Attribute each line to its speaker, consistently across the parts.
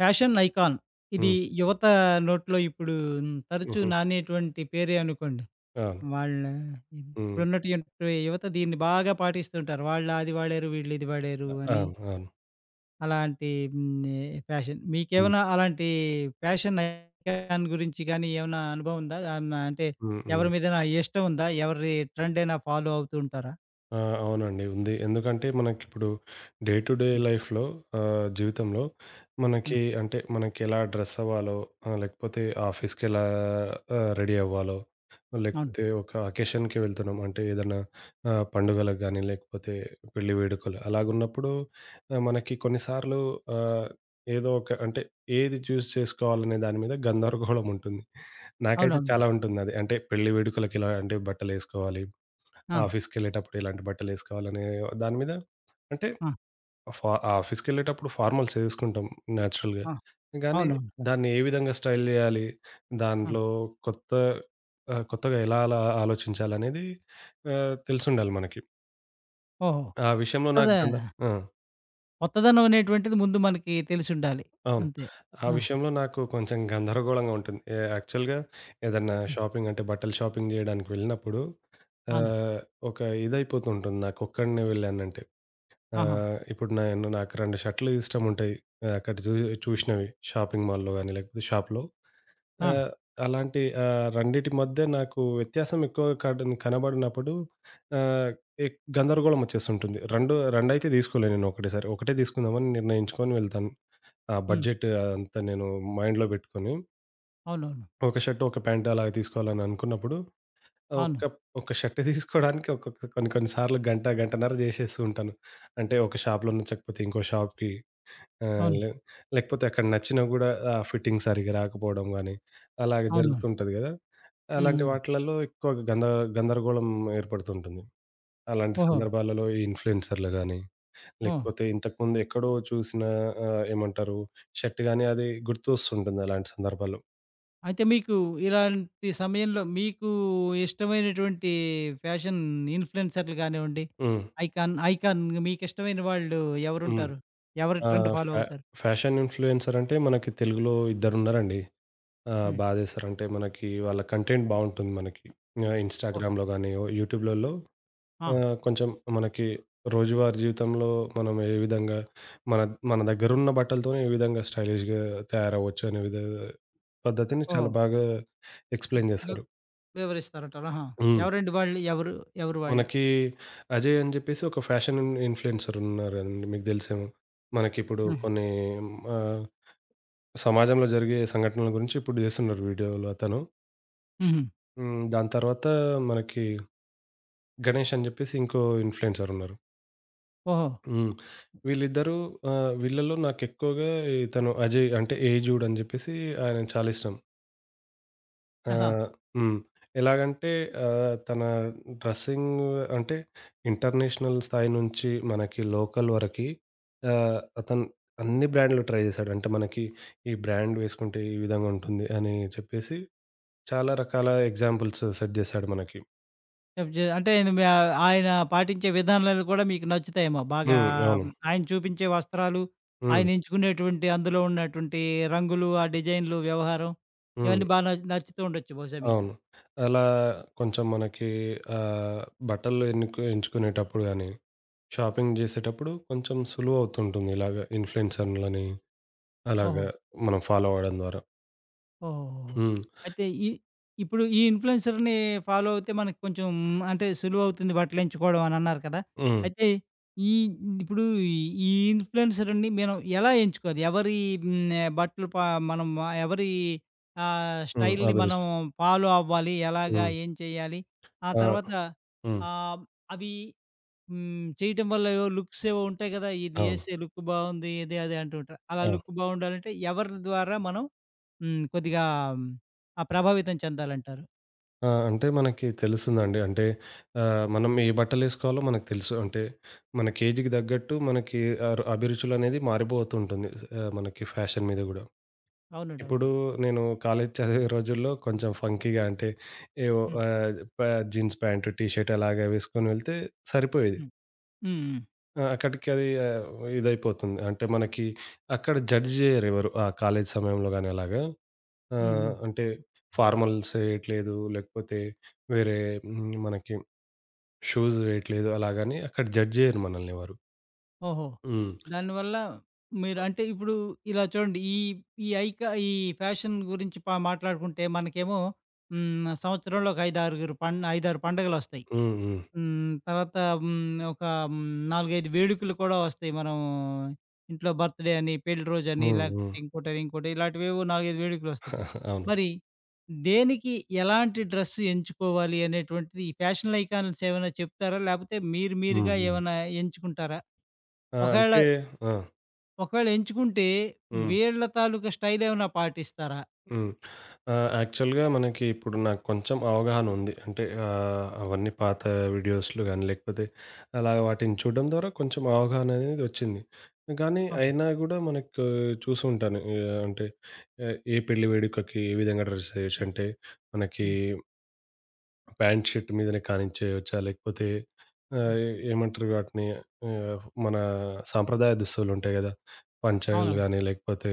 Speaker 1: Fashion icon. ఇది
Speaker 2: హ్మ్.
Speaker 1: యువత నోట్లో ఇప్పుడు తరచూ
Speaker 2: హుహు.
Speaker 1: నానేటువంటి పేరే అనుకోండి.
Speaker 2: అవును.
Speaker 1: వాళ్ళ
Speaker 2: హ్మ్.
Speaker 1: ఇప్పుడున్నటువంటి యువత దీన్ని బాగా పాటిస్తుంటారు. వాళ్ళు అది వాడారు, వీళ్ళు ఇది వాడారు
Speaker 2: అవును.
Speaker 1: అని.
Speaker 2: అవును. అవును.
Speaker 1: అలాంటి ఫ్యాషన్.
Speaker 2: హ్మ్.
Speaker 1: మీకేమైనా అలాంటి ఫ్యాషన్ ఐకాన్ గురించి గానీ ఏమైనా అనుభవం ఉందా? ఆన్ అంటే
Speaker 2: హ్మ్. హ్మ్.
Speaker 1: ఎవరి మీదైనా ఇష్టం ఉందా? ఎవరి ట్రెండ్ అయినా ఫాలో అవుతూ ఉంటారా?
Speaker 2: ఆ! అవునండి. ఉంది. ఎందుకంటే మనకిప్పుడు డే టు డే
Speaker 1: హ్మ్.
Speaker 2: లైఫ్‌లో జీవితంలో
Speaker 1: హ్మ్.
Speaker 2: మనకి అంటే మనకెలా డ్రెస్ అవ్వాలో, లేకపోతే ఆఫీస్‌కెలా రెడీ అవ్వాలో,
Speaker 1: అవును.
Speaker 2: లేకపోతే ఒక అకేషన్‌కి వెళ్తున్నాం అంటే ఏదన్నా పండుగలకు గానీ, లేకపోతే పెళ్లి వేడుకలు అలాగున్నప్పుడు మనకి కొన్నిసార్లు ఆహ్, ఏదో ఒక అంటే ఏది చేసుకోవాలనే దాని మీద గందరగోళం ఉంటుంది. నాకైతే
Speaker 1: అవునవునండి.
Speaker 2: చాలా ఉంటుందది. అంటే పెళ్లి వేడుకలకి ఎలాంటి బట్టలేసుకోవాలి,
Speaker 1: ఆ!
Speaker 2: ఆఫీస్‌కెళ్ళేటప్పుడు ఎలాంటి బట్టలేసుకోవాలనే దాని మీద అంటే
Speaker 1: ఆ!
Speaker 2: ఫా ఆఫీస్‌కెళ్ళేటప్పుడు ఫార్మల్స్ ఏసుకుంటాం నేచురల్‌గా.
Speaker 1: ఆ!
Speaker 2: గానీ
Speaker 1: అవునవును.
Speaker 2: దాన్ని ఏ విధంగా స్టైల్ జేయాలి?
Speaker 1: ఆ!
Speaker 2: దాంట్లో కొత్త కొత్తగా ఎలా అలా ఆలోచించాలనేది తెలిసుండాలి మనకి.
Speaker 1: ఓహో!
Speaker 2: ఆ విషయంలో నాకు
Speaker 1: కొత్తదా
Speaker 2: గంద ఆ!
Speaker 1: కొత్తదనం అనేటువంటిది ముందు మనకి తెలిసుండాలి.
Speaker 2: అవును.
Speaker 1: అంతే.
Speaker 2: ఆ
Speaker 1: ఆ!
Speaker 2: విషయంలో నాకు కొంచెం గందరగోళంగా ఉంటుంది. యాక్చువల్‌గా ఏదన్నా
Speaker 1: హ్మ్.
Speaker 2: షాపింగ్ అంటే బట్టలు షాపింగ్ జేయడానికి వెళ్ళినప్పుడు
Speaker 1: అవును.
Speaker 2: ఆహ్, ఒక ఇదైపోతుంటుంది నాకొక్కడినే వెళ్ళానంటే. ఆ!
Speaker 1: ఆహా!
Speaker 2: ఇప్పుడు నేను నాకు 2 షర్టులు ఇష్టముంటాయి. అక్కడ చూసినవి షాపింగ్ మాల్‌లో గాని, లేకపోతే షాప్‌లో.
Speaker 1: ఆ!
Speaker 2: ఆహ్, అలాంటి రెండిటి మధ్య నాకు వ్యత్యాసం ఎక్కువగా కనబడినప్పుడు ఆహ్, గందరగోళం వచ్చేస్తుంటుంది. 2 రెండైతే తీసుకోలేను నేను ఒకటేసారి. ఒకటే తీసుకుందామని నిర్ణయించుకొని వెళ్తాను. ఆ
Speaker 1: హ్మ్.
Speaker 2: బడ్జెట్ అదంతా నేను మైండ్‌లో పెట్టుకొని,
Speaker 1: అవునవును.
Speaker 2: ఒక షర్ట్, ఒక ప్యాంట్ అలాగ తీసుకోవాలని అనుకున్నప్పుడు ఆహ్, ఒక్క
Speaker 1: అవును.
Speaker 2: ఒక షర్ట్ తీసుకోవడానికి కొన్ని కొన్ని సార్లు గంట, గంటన్నర చేసేస్తూ ఉంటాను. అంటే ఒక షాప్‌లో నచ్చకపోతే ఇంకో షాప్‌కి ఆ!
Speaker 1: అవును.
Speaker 2: లే లేకపోతే అక్కడ నచ్చినా గూడా ఆ ఫిట్టింగ్ సరిగ్గా రాకపోవడం గానీ, అలాగ
Speaker 1: అవునవును.
Speaker 2: జరుగుతుంటది గదా!
Speaker 1: హ్మ్.
Speaker 2: అలాంటి
Speaker 1: హ్మ్.
Speaker 2: వాటిలలో ఎక్కువ గందరగోళం ఏర్పడుతుంటుంది. అలాంటి
Speaker 1: ఓహో!
Speaker 2: సందర్భాలలో ఈ ఇన్‌ఫ్లూయెన్సర్‌లు గానీ,
Speaker 1: ఓహ్!
Speaker 2: లేకపోతే ఇంతకుముందు ఎక్కడో చూసిన ఆహ్, ఏమంటారు షర్ట్ గానీ అది గుర్తొస్తుంటుంది అలాంటి సందర్భాల్లో.
Speaker 1: అయితే మీకు ఇలాంటి సమయంలో ఇష్టమైనటువంటి ఫ్యాషన్ ఇన్‌ఫ్లుయెన్సర్‌లు గానివ్వండి,
Speaker 2: హ్మ్.
Speaker 1: ఐకాన్ ఐకాన్ మీకిష్టమైన వాళ్ళు
Speaker 2: హ్మ్.
Speaker 1: ఎవరుంటారు? ఎవరి ట్రెండ్
Speaker 2: ఆహ్,
Speaker 1: ఫాలో
Speaker 2: ఫ్యా
Speaker 1: అవుతారు?
Speaker 2: ఫ్యాషన్ ఇన్‌ఫ్లూయెన్సర్ అంటే మనకి తెలుగులో ఇద్దరున్నారండి.
Speaker 1: హ్మ్.
Speaker 2: జేస్తారంటే మనకి వాళ్ళ కంటెంట్ బావుంటుంది మనకి.
Speaker 1: ఓహ్!
Speaker 2: ఇన్‌స్టాగ్రామ్‌లో గానీ, యూట్యూబ్‌లలో
Speaker 1: ఆ!
Speaker 2: ఆ! కొంచెం మనకి రోజువారీ జీవితంలో మనం ఏ విధంగా మన మన దగ్గరున్న బట్టలతోనే ఏ విధంగా స్టైలిష్‌గా తయారవ్వచ్చు అనే పద్ధతిని
Speaker 1: ఓహో!
Speaker 2: చాలా బాగా ఎక్స్‌ప్లెయిన్
Speaker 1: వి
Speaker 2: చేశారు.
Speaker 1: వివరిస్తారంటారు. ఆహా!
Speaker 2: హ్మ్.
Speaker 1: ఎవరండి వాళ్ళు? ఎవరు? ఎవరు వాళ్ళు?
Speaker 2: మనకి అజయ్ అని చెప్పేసి ఒక ఫ్యాషన్ ఇన్‌ఫ్లుయెన్సర్ ఉన్నారండి. మీకు తెలిసేమో. మనకిప్పుడు
Speaker 1: హ్మ్.
Speaker 2: కొన్ని ఆహ్, సమాజంలో జరిగే సంఘటనల గురించి ఇప్పుడు చేస్తున్నారు వీడియోలు అతను.
Speaker 1: హుహు.
Speaker 2: హ్మ్. దాని తర్వాత మనకి గణేష్ అని చెప్పేసి ఇంకో ఇన్‌ఫ్లుయెన్సర్ ఉన్నారు.
Speaker 1: ఓహో!
Speaker 2: హ్మ్. వీళ్ళిద్దరూ ఆహ్, వీళ్ళలో నాకెక్కువగా ఇతను 'అజయ్' అంటే 'ఏజూడ్' అని జెప్పేసి ఆయనని చాలా ఇష్టం.
Speaker 1: ఆహా!
Speaker 2: ఆహ్, హ్మ్. ఎలాగంటే తన డ్రెస్సింగ్ అంటే ఇంటర్నేషనల్ స్థాయి నుంచి మనకి లోకల్ వరకి అతను అన్ని బ్రాండ్‌లు ట్రై జేశాడు. అంటే మనకి ఈ బ్రాండ్ వేసుకుంటే ఈ విధంగా ఉంటుంది అని చెప్పేసి చాలా రకాల ఎగ్జాంపుల్స్ సెట్ జేశాడు మనకి.
Speaker 1: చెప్ జే అంటే ఇది మీ ఆయన పాటించే విధానాలు కూడా మీకు నచ్చుతాయేమో బాగా
Speaker 2: హ్మ్. అవును.
Speaker 1: ఆయన చూపించే వస్త్రాలు,
Speaker 2: హ్మ్.
Speaker 1: ఆయన ఎంచుకునేటువంటి అందులో ఉన్నటువంటి రంగులు, ఆ డిజైన్‌లు, వ్యవహారం
Speaker 2: హ్మ్.
Speaker 1: ఇవన్నీ బా న నచ్చుతూ ఉండొచ్చు బహుశా మీకు.
Speaker 2: అవును. అలా కొంచెం మనకి ఆహ్, బట్టలు ఎంచుకునేటప్పుడు గాని, షాపింగ్ జేసేటప్పుడు కొంచెం సులువవుతుంటుంది. ఇలాగ ఇన్‌ఫ్లుయెన్సర్లని
Speaker 1: ఓహో!
Speaker 2: అలాగా మనం ఫాలో అవ్వడం ద్వారా.
Speaker 1: ఓహోహోహో!
Speaker 2: హ్మ్.
Speaker 1: అయితే ఈ ఇన్‌ఫ్లుయెన్సర్‌ని ఫాలో అవుతే మనకు కొంచెం అంటే సులువవుతుంది బట్టలెంచుకోవడం అనన్నారు కదా!
Speaker 2: హ్మ్.
Speaker 1: అయితే ఈ ఇప్పుడు ఈ ఇన్‌ఫ్లుయెన్సర్‌ని మనం ఎలా ఎంచుకోవాలి? ఎవరి హ్మ్, బట్టలు ప మనం ఎవరి
Speaker 2: హ్మ్.
Speaker 1: స్టైల్‌ని మనం
Speaker 2: అభిరుచి.
Speaker 1: ఫాలో అవ్వాలి? ఎలాగా?
Speaker 2: హ్మ్.
Speaker 1: ఏం చేయాలి? ఆ
Speaker 2: ఆ!
Speaker 1: తర్వాత
Speaker 2: హ్మ్.
Speaker 1: ఆహ్, అవి చేయటం వల్ల ఏవో లుక్స్ ఏవో ఉంటాయి కదా! ఇది
Speaker 2: అవును.
Speaker 1: ఏస్తే లుక్ బావుంది. ఇది అది అంటూ ఉంటారు. అలా
Speaker 2: అవును.
Speaker 1: లుక్ బావుండాలంటే ఎవరి ద్వారా మనం హ్మ్. కొద్దిగా ఉమ్, ఆ! ప్రభావితం చెందాలంటారు.
Speaker 2: ఆ! అంటే మనకి తెలుస్తుందండి. అంటే మనం ఏ బట్టలేసుకోవాలో మనకు తెలుసు. అంటే మనకి ఏజ్‌కి తగ్గట్టు మనకి అభిరుచులనేది మారిపోతుంటుంది. మనకి ఫ్యాషన్ మీద గూడా.
Speaker 1: అవునండి.
Speaker 2: ఇప్పుడు
Speaker 1: అవునండి.
Speaker 2: నేను కాలేజీ చదివే రోజుల్లో కొంచెం ఫంకీగా అంటే ఏవో
Speaker 1: హ్మ్.
Speaker 2: ఆహ్, ప జీన్స్ ప్యాంట్, టీ షర్ట్ అలాగా వేసుకొని వెళ్తే సరిపోయేది.
Speaker 1: హ్మ్. హ్మ్. హ్మ్.
Speaker 2: ఆ! అక్కడికి అది ఇదైపోతుంది. అంటే మనకి అక్కడ జడ్జ్ చేయరెవరు. ఆ కాలేజీ సమయంలో గాని అలాగా.
Speaker 1: హ్మ్. హ్మ్.
Speaker 2: అంటే ఫార్మల్స్ వేయట్లేదు. లేకపోతే వేరే మనకి షూస్ వేయట్లేదు అలాగని అక్కడ జడ్జ్ చేయరు మనల్ని ఎవరు.
Speaker 1: ఓహో!
Speaker 2: హ్మ్.
Speaker 1: దానివల్ల మీరు అంటే ఇప్పుడు ఇలా చూడండి. ఈ ఈ ఐకా ఈ ఫ్యాషన్ గురించి మాట్లాడుకుంటే మనకేమో హ్మ్. సంవత్సరంలో ఒక 5, 6 పండుగలొస్తాయి.
Speaker 2: హ్మ్. హ్మ్.
Speaker 1: హ్మ్. తర్వాత హ్మ్. ఒక హ్మ్. 4, 5 వేడుకలు కూడా వస్తాయి. మనం ఇంట్లో బర్త్‌డే అని, పెళ్లి రోజని,
Speaker 2: హ్మ్. హ్మ్.
Speaker 1: లేకపోతే ఇంకోటని, ఇంకోటి ఇలాంటివేవో 4, 5 వేడుకలొస్తుంటాయి.
Speaker 2: అవును.
Speaker 1: మరి దేనికి ఎలాంటి డ్రెస్ ఎంచుకోవాలి అనేటువంటిది ఈ ఫ్యాషన్ ఐకాన్స్ ఏమైనా చెప్తారా? లేపోతే మీరు
Speaker 2: హ్మ్.
Speaker 1: మీరుగా
Speaker 2: హ్మ్.
Speaker 1: ఏమైనా ఎంచుకుంటారా?
Speaker 2: ఆ!
Speaker 1: ఒకవేళ
Speaker 2: అంటే ఆ!
Speaker 1: ఒకవేళ ఎంచుకుంటే
Speaker 2: హ్మ్.
Speaker 1: వీళ్ళ తాలూకా స్టైలేమైనా పాటిస్తారా?
Speaker 2: హ్మ్. యాక్చువల్‌గా మనకి ఇప్పుడు నాకు కొంచెం అవగాహన ఉంది. అంటే అవన్నీ పాత వీడియోస్‌లు గాని, లేకపోతే అలా వాటిని చూడడం ద్వారా కొంచెం అవగాహన అనేది వచ్చింది. కానీ
Speaker 1: అవును.
Speaker 2: అయినా గూడా మనకు చూసుంటాను. అంటే ఏ పెళ్లి వేడుకకి ఏ విధంగా డ్రెస్ చేయొచ్చు అంటే మనకి
Speaker 1: హ్మ్.
Speaker 2: ప్యాంట్, షర్ట్ మీదనే కానిచ్చేయొచ్చా? లేకపోతే ఆహ్,
Speaker 1: హ్మ్.
Speaker 2: ఏమంటారు వాటిని ఆహ్, మన సాంప్రదాయ దుస్తులుంటాయి గదా! పంచలు
Speaker 1: అవునవును.
Speaker 2: గాని లేకపోతే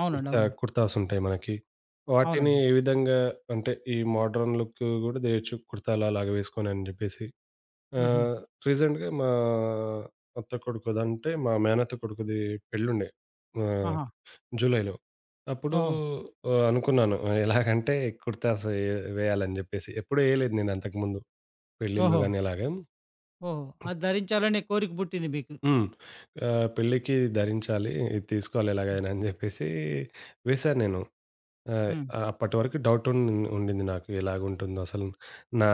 Speaker 1: అవునండి.
Speaker 2: కుర్తా,
Speaker 1: అవునండి.
Speaker 2: కుర్తాస్ ఉంటాయి మనకి. వాటిని
Speaker 1: అవునండి.
Speaker 2: ఏ విధంగా అంటే ఈ మోడ్రన్ లుక్ గూడా జేయొచ్చు కుర్తాలు అలాగా వేసుకొని అని జెప్పేసి.
Speaker 1: హుహు.
Speaker 2: ఆహ్, రీసెంట్‌గా మా అత్త కొడుకుదంటే మా మేనత్త కొడుకుది పెళ్ళుండే. ఆహ్,
Speaker 1: ఆహా!
Speaker 2: జూలైలో. అప్పుడు
Speaker 1: ఓహో!
Speaker 2: అనుకున్నాను ఆ, ఎలాగంటే కుర్తాస్ వేయాలని జెప్పేసి. ఎప్పుడు ఏయలేదు నేను అంతకుముందు పెళ్ళిల్లో
Speaker 1: ఓహో!
Speaker 2: గాని అలాగా.
Speaker 1: ఓహో! అది ధరించాలనే కోరిక పుట్టింది మీకు.
Speaker 2: హ్మ్. పెళ్ళికి ధరించాలి. ఇది తీసుకోవాలి
Speaker 1: హ్మ్.
Speaker 2: ఎలాగైనా అని జెప్పేసి వేశాను నేను. ఆ!
Speaker 1: హ్మ్.
Speaker 2: అప్పటి వరకు డౌట్ ఉండింది నాకు. ఎలాగుంటుందో అసలు నా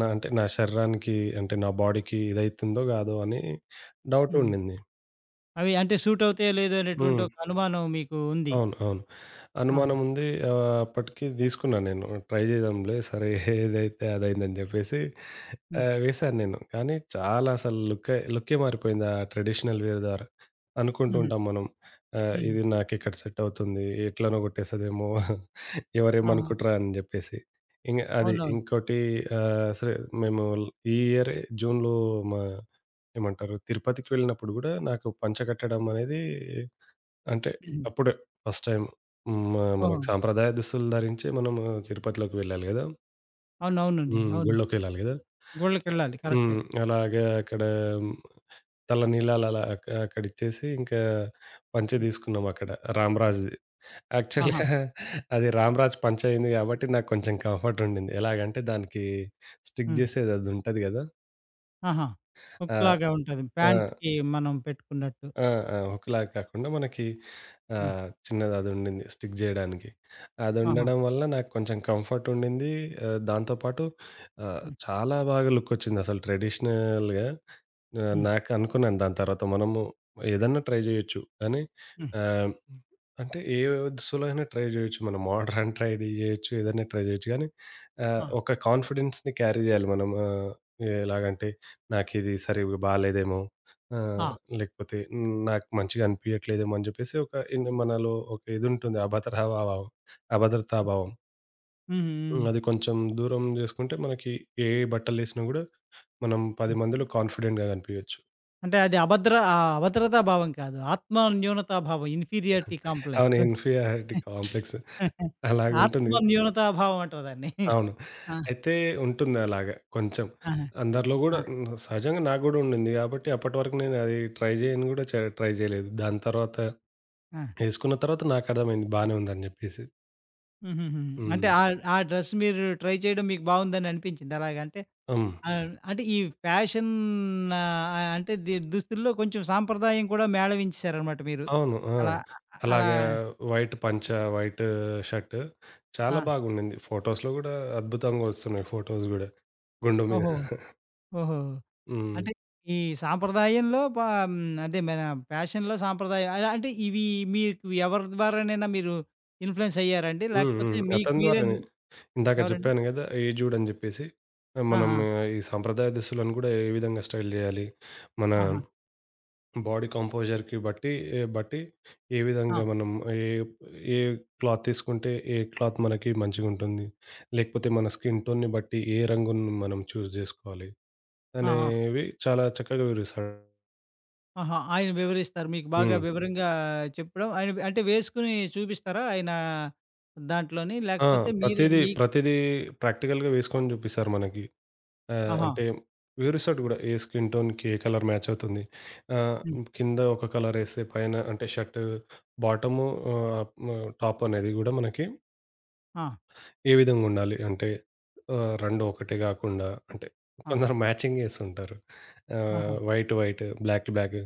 Speaker 2: నా అంటే నా శరీరానికి అంటే నా బాడీకి ఇదైతుందో కాదో అని డౌట్
Speaker 1: హ్మ్.
Speaker 2: ఉండింది.
Speaker 1: అవి అంటే సూట్ అవుతాయో లేదో అనేటువంటి
Speaker 2: హ్మ్.
Speaker 1: ఒక అనుమానం మీకు ఉంది.
Speaker 2: అవును. అవును.
Speaker 1: ఆహా!
Speaker 2: అనుమానం ఉంది. అప్పటికి తీసుకున్నా నేను. ట్రై చేద్దాంలే సరే ఏదైతే అదైందని చెప్పేసి
Speaker 1: హ్మ్.
Speaker 2: వేశాను నేను. కానీ చాలా అసలు లుక్కే లుక్కే మారిపోయింది ఆ ట్రెడిషనల్ వేర్ ద్వారా. అనుకుంటూ
Speaker 1: హుహు.
Speaker 2: ఉంటాం మనం.
Speaker 1: హుహు.
Speaker 2: ఇది నాకెక్కడ సెట్ అవుతుంది. ఎట్లనో కొట్టేస్తదేమో
Speaker 1: ఆ!
Speaker 2: ఎవరేమనుకుంటారా అని చెప్పేసి. ఇంగ అది
Speaker 1: అవునవును.
Speaker 2: ఇంకోటి సరే మేము ఈ ఇయరే జూన్‌లో మా ఏమంటారు తిరుపతికి వెళ్ళినప్పుడు కూడా నాకు పంచ కట్టడం అనేది అంటే
Speaker 1: హుహు.
Speaker 2: అప్పుడే ఫస్ట్ టైం. హ్మ్.
Speaker 1: ఓహో!
Speaker 2: మనకి సాంప్రదాయ దుస్తులు ధరించి మనము తిరుపతిలోకి వెళ్ళాలి గదా!
Speaker 1: అవునవునండి.
Speaker 2: హ్మ్.
Speaker 1: అవును.
Speaker 2: గుడిలోకెళ్ళాలి గదా!
Speaker 1: గుళ్ళకెళ్ళాలి
Speaker 2: హ్మ్.
Speaker 1: కరెక్టే.
Speaker 2: అలాగే అక్కడ తలనీలాలు అలా అక్కడిచ్చేసి ఇంకా పంచె
Speaker 1: హ్మ్.
Speaker 2: తీసుకున్నాం అక్కడ రామ్‌రాజ్‌ది.
Speaker 1: ఆహా!
Speaker 2: యాక్చువల్‌గా అది రామ్‌రాజ్ పంచె అయింది గాబట్టి నాకు కొంచెం కంఫర్ట్ ఉండింది. ఎలాగంటే దానికి స్టిక్
Speaker 1: హ్మ్.
Speaker 2: జేసేది అదుంటది గదా!
Speaker 1: ఆహా!
Speaker 2: ఆ!
Speaker 1: హుక్‌లాగా ఉంటది.
Speaker 2: ఆ!
Speaker 1: ప్యాంట్‌కి మనం పెట్టుకున్నట్టు.
Speaker 2: ఆ! ఆ! ఒకలాగా కాకుండా మనకి
Speaker 1: హ్మ్.
Speaker 2: చిన్నది అదుండింది స్టిక్ జేయడానికి.
Speaker 1: ఆహా!
Speaker 2: అదుండడం వల్ల నాకు కొంచెం కంఫర్ట్ ఉండింది. దాంతో పాటు
Speaker 1: హ్మ్.
Speaker 2: చాలా బాగా లుకొచ్చిందసలు ట్రెడిషనల్‌గా.
Speaker 1: హ్మ్.
Speaker 2: నాకు అనుకున్నాను దాని తర్వాత మనము ఏదన్నా ట్రై జేయొచ్చు కానీ
Speaker 1: హ్మ్.
Speaker 2: ఆహ్, అంటే ఏ దుస్తులైనా ట్రై జేయొచ్చు. మనం మోడ్రన్ ట్రై జేయొచ్చు. ఏదైనా ట్రై జేయొచ్చు కానీ
Speaker 1: ఆ!
Speaker 2: ఒక కాన్ఫిడెన్స్‌ని క్యారీ జేయాలి మనం. ఎలాగంటే నాకిది సరిగ్గా బాలేదేమో! ఆ!
Speaker 1: ఆ!
Speaker 2: లేకపోతే "హ్మ్, నాకు మంచిగా అనిపియట్లేదేమో" అని జెప్పేసి ఒక మనలో ఒక ఇదుంటుంది. అభద్రతాభావం,
Speaker 1: హ్మ్.
Speaker 2: అభద్రతాభావం.
Speaker 1: హ్మ్.
Speaker 2: హ్మ్. అది కొంచెం దూరం జేసుకుంటే మనకి ఏ బట్టలేసినా గూడా మనం 10
Speaker 1: హ్మ్.
Speaker 2: మందిలో కాన్ఫిడెంట్‌గా గనిపియొచ్చు.
Speaker 1: అంటే అది అభద్రతా భావం కాదు. ఆత్మ న్యూనతా భావం ఇన్ఫీరియారిటీ
Speaker 2: అవును.
Speaker 1: కాంప్లెక్స్.
Speaker 2: ఇన్ఫీరియారిటీ కాంప్లెక్స్ అలాగుంటుంది
Speaker 1: ఆత్మ
Speaker 2: గదా!
Speaker 1: న్యూనతాభావం అంటారు దాన్ని.
Speaker 2: అవును.
Speaker 1: ఆ!
Speaker 2: అయితే ఉంటుంది అలాగా కొంచెం.
Speaker 1: ఆహా!
Speaker 2: అందరిలో గూడా
Speaker 1: ఆ!
Speaker 2: సహజంగా నాకు గూడా ఉండింది గాబట్టి అప్పటి వరకు నేను అది ట్రై జేయను గూడా ట్రై జేయలేదు. దాని తర్వాత
Speaker 1: ఆ!
Speaker 2: ఏసుకున్న తర్వాత నాకర్థమైంది బానే ఉందని జెప్పేసి.
Speaker 1: హుహుహు.
Speaker 2: హ్మ్.
Speaker 1: అంటే ఆ ఆ డ్రెస్ మీరు ట్రై చేయడం మీకు బావుందని అనిపించింది అలాగంటే
Speaker 2: హ్మ్.
Speaker 1: అంటే ఈ ఫ్యాషన్ అంటే దుస్తుల్లో కొంచెం సాంప్రదాయం కూడా మేళవించేసారనమాట మీరు.
Speaker 2: అవును. ఆ!
Speaker 1: అలా అలా
Speaker 2: అలాగా వైట్ పంచ, వైట్ షర్ట్ చాలా
Speaker 1: ఆ!
Speaker 2: బాగుండింది. ఫోటోస్‌లో గూడా అద్భుతంగా ఒస్తున్నాయి ఫోటోస్ గూడా. గుండు మీద.
Speaker 1: ఓహో! ఓహో!
Speaker 2: హ్మ్.
Speaker 1: అంటే ఈ సాంప్రదాయంలో పా హ్మ్, అదే మన ఫ్యాషన్‌లో సాంప్రదాయం అలా అంటే ఇవి మీకు ఎవరి ద్వారానైనా మీరు ఇన్‌ఫ్లూయెన్స్ అయ్యారండి?
Speaker 2: హ్మ్.
Speaker 1: లేకపోతే
Speaker 2: హ్మ్.
Speaker 1: మీకు
Speaker 2: అతని
Speaker 1: మీరే
Speaker 2: ద్వారానే. ఇందాక
Speaker 1: ఎవరండి?
Speaker 2: జెప్పాను గదా! ఏజ్ జూడని జెప్పేసి.
Speaker 1: ఆ!
Speaker 2: మనం
Speaker 1: ఆ!
Speaker 2: ఈ సాంప్రదాయ దుస్తులను గూడా ఏ విధంగా స్టైల్ జేయాలి? మన
Speaker 1: ఆహా!
Speaker 2: బాడీ కంపోజర్‌కి బట్టి బట్టి ఏ
Speaker 1: ఆ!
Speaker 2: విధంగా మనం ఏ ఏ క్లాత్ తీసుకుంటే, ఏ క్లాత్ మనకి మంచిగుంటుంది? లేకపోతే మన స్కిన్ టోన్‌ని బట్టి ఏ రంగును మనం చూజ్ జేసుకోవాలి?
Speaker 1: ఆ! ఆ!
Speaker 2: అనేవి చాలా చక్కగా వివరిస్తాడు.
Speaker 1: ఆహా! ఆయన వివరిస్తారు. మీకు బాగా
Speaker 2: హ్మ్.
Speaker 1: వివరంగా చెప్పడం ఆయన అంటే వేసుకొని చూపిస్తారా? ఆయన దాంట్లోని
Speaker 2: ఆ!
Speaker 1: లేకపోతే మీరే
Speaker 2: ప్రతీదీ,
Speaker 1: మీకు
Speaker 2: ప్రతీదీ ప్రాక్టికల్‌గా వేసుకొని చూపిస్తారు మనకి.
Speaker 1: ఆహా!
Speaker 2: అంటే వివరిస్తాడు గూడా ఏ స్కిన్ టోన్‌కి ఏ కలర్ మ్యాచ్ అవుతుంది. ఆహ్,
Speaker 1: హ్మ్.
Speaker 2: కింద ఒక కలర్ ఎస్తే పైన అంటే షర్ట్ బాటము టాప్ అనేది గూడా మనకి
Speaker 1: ఆ!
Speaker 2: ఏ విధంగా ఉండాలి అంటే 2 ఒకటే గాకుండా అంటే
Speaker 1: ఆ!
Speaker 2: కొందరు మ్యాచింగ్ ఏస్తుంటారు.
Speaker 1: ఆహా!
Speaker 2: వైట్, వైట్, బ్లాక్, బ్లాక్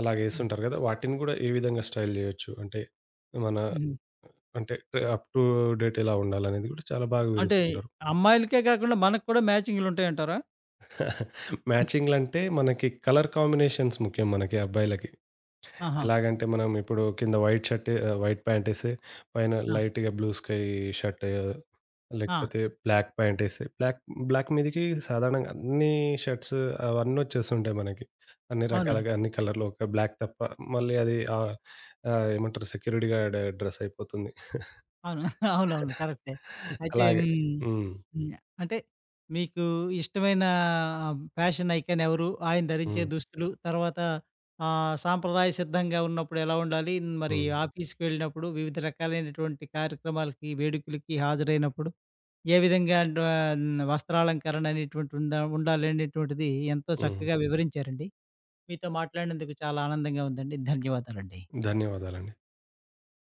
Speaker 2: అలాగ
Speaker 1: హ్మ్.
Speaker 2: ఏస్తుంటారు గదా! వాటిని గూడా ఏ విధంగా స్టైల్ జేయొచ్చు? అంటే మన
Speaker 1: హుహు.
Speaker 2: అంటే అప్ టు డేట్ ఎలా ఉండాలనేది కూడా చాలా బాగా
Speaker 1: అంటే
Speaker 2: వివరిస్తుంటారు.
Speaker 1: అమ్మాయిలకే కాకుండా మనకు కూడా మ్యాచింగులుంటాయంటారా?
Speaker 2: మ్యాచింగ్‌లంటే మనకి కలర్ కాంబినేషన్స్ ముఖ్యం మనకి అబ్బాయిలకి.
Speaker 1: ఆహా!
Speaker 2: ఎలాగంటే మనం ఇప్పుడు కింద వైట్ షర్ట్ వైట్ ప్యాంటేసి పైన
Speaker 1: ఆ!
Speaker 2: లైట్‌గా బ్లూ స్కై షర్ట్
Speaker 1: ఆ!
Speaker 2: లేకపోతే బ్లాక్ ప్యాంటేసి బ్లాక్ బ్లాక్ మీదకి సాధారణంగా అన్ని షర్ట్స్ అవన్నీ వచ్చేస్తుంటాయి మనకి. అన్ని
Speaker 1: అవును.
Speaker 2: రకాలుగా అన్ని కలర్‌లో ఒక బ్లాక్ తప్ప మళ్ళీ అది ఆహ్, ఆహ్, ఏమంటారు సెక్యూరిటీ గార్డ్ డ్రెస్ అయిపోతుంది.
Speaker 1: అవును. అవునవును. కరెక్టే. అయితే
Speaker 2: అలాగే.
Speaker 1: హ్మ్.
Speaker 2: హ్మ్.
Speaker 1: హ్మ్. అంటే మీకు ఇష్టమైన ఫ్యాషన్ ఐకాన్ ఎవరు? ఆయన ధరించే
Speaker 2: హ్మ్.
Speaker 1: దుస్తులు, తర్వాత సాంప్రదాయ సిద్ధంగా ఉన్నప్పుడు ఎలా ఉండాలి? మరి
Speaker 2: హ్మ్.
Speaker 1: ఆఫీస్‌కి వెళ్ళినప్పుడు వివిధ రకాలైనటువంటి కార్యక్రమాలకి, వేడుకలకి హాజరైనప్పుడు ఏ విధంగా వస్త్రాలంకరణ అనేటువంటి ఉండాలి అనేటువంటిది ఎంతో
Speaker 2: హ్మ్.
Speaker 1: చక్కగా వివరించారండి. మీతో మాట్లాడినందుకు చాలా ఆనందంగా ఉందండి. ధన్యవాదాలండి.
Speaker 2: ధన్యవాదాలండి.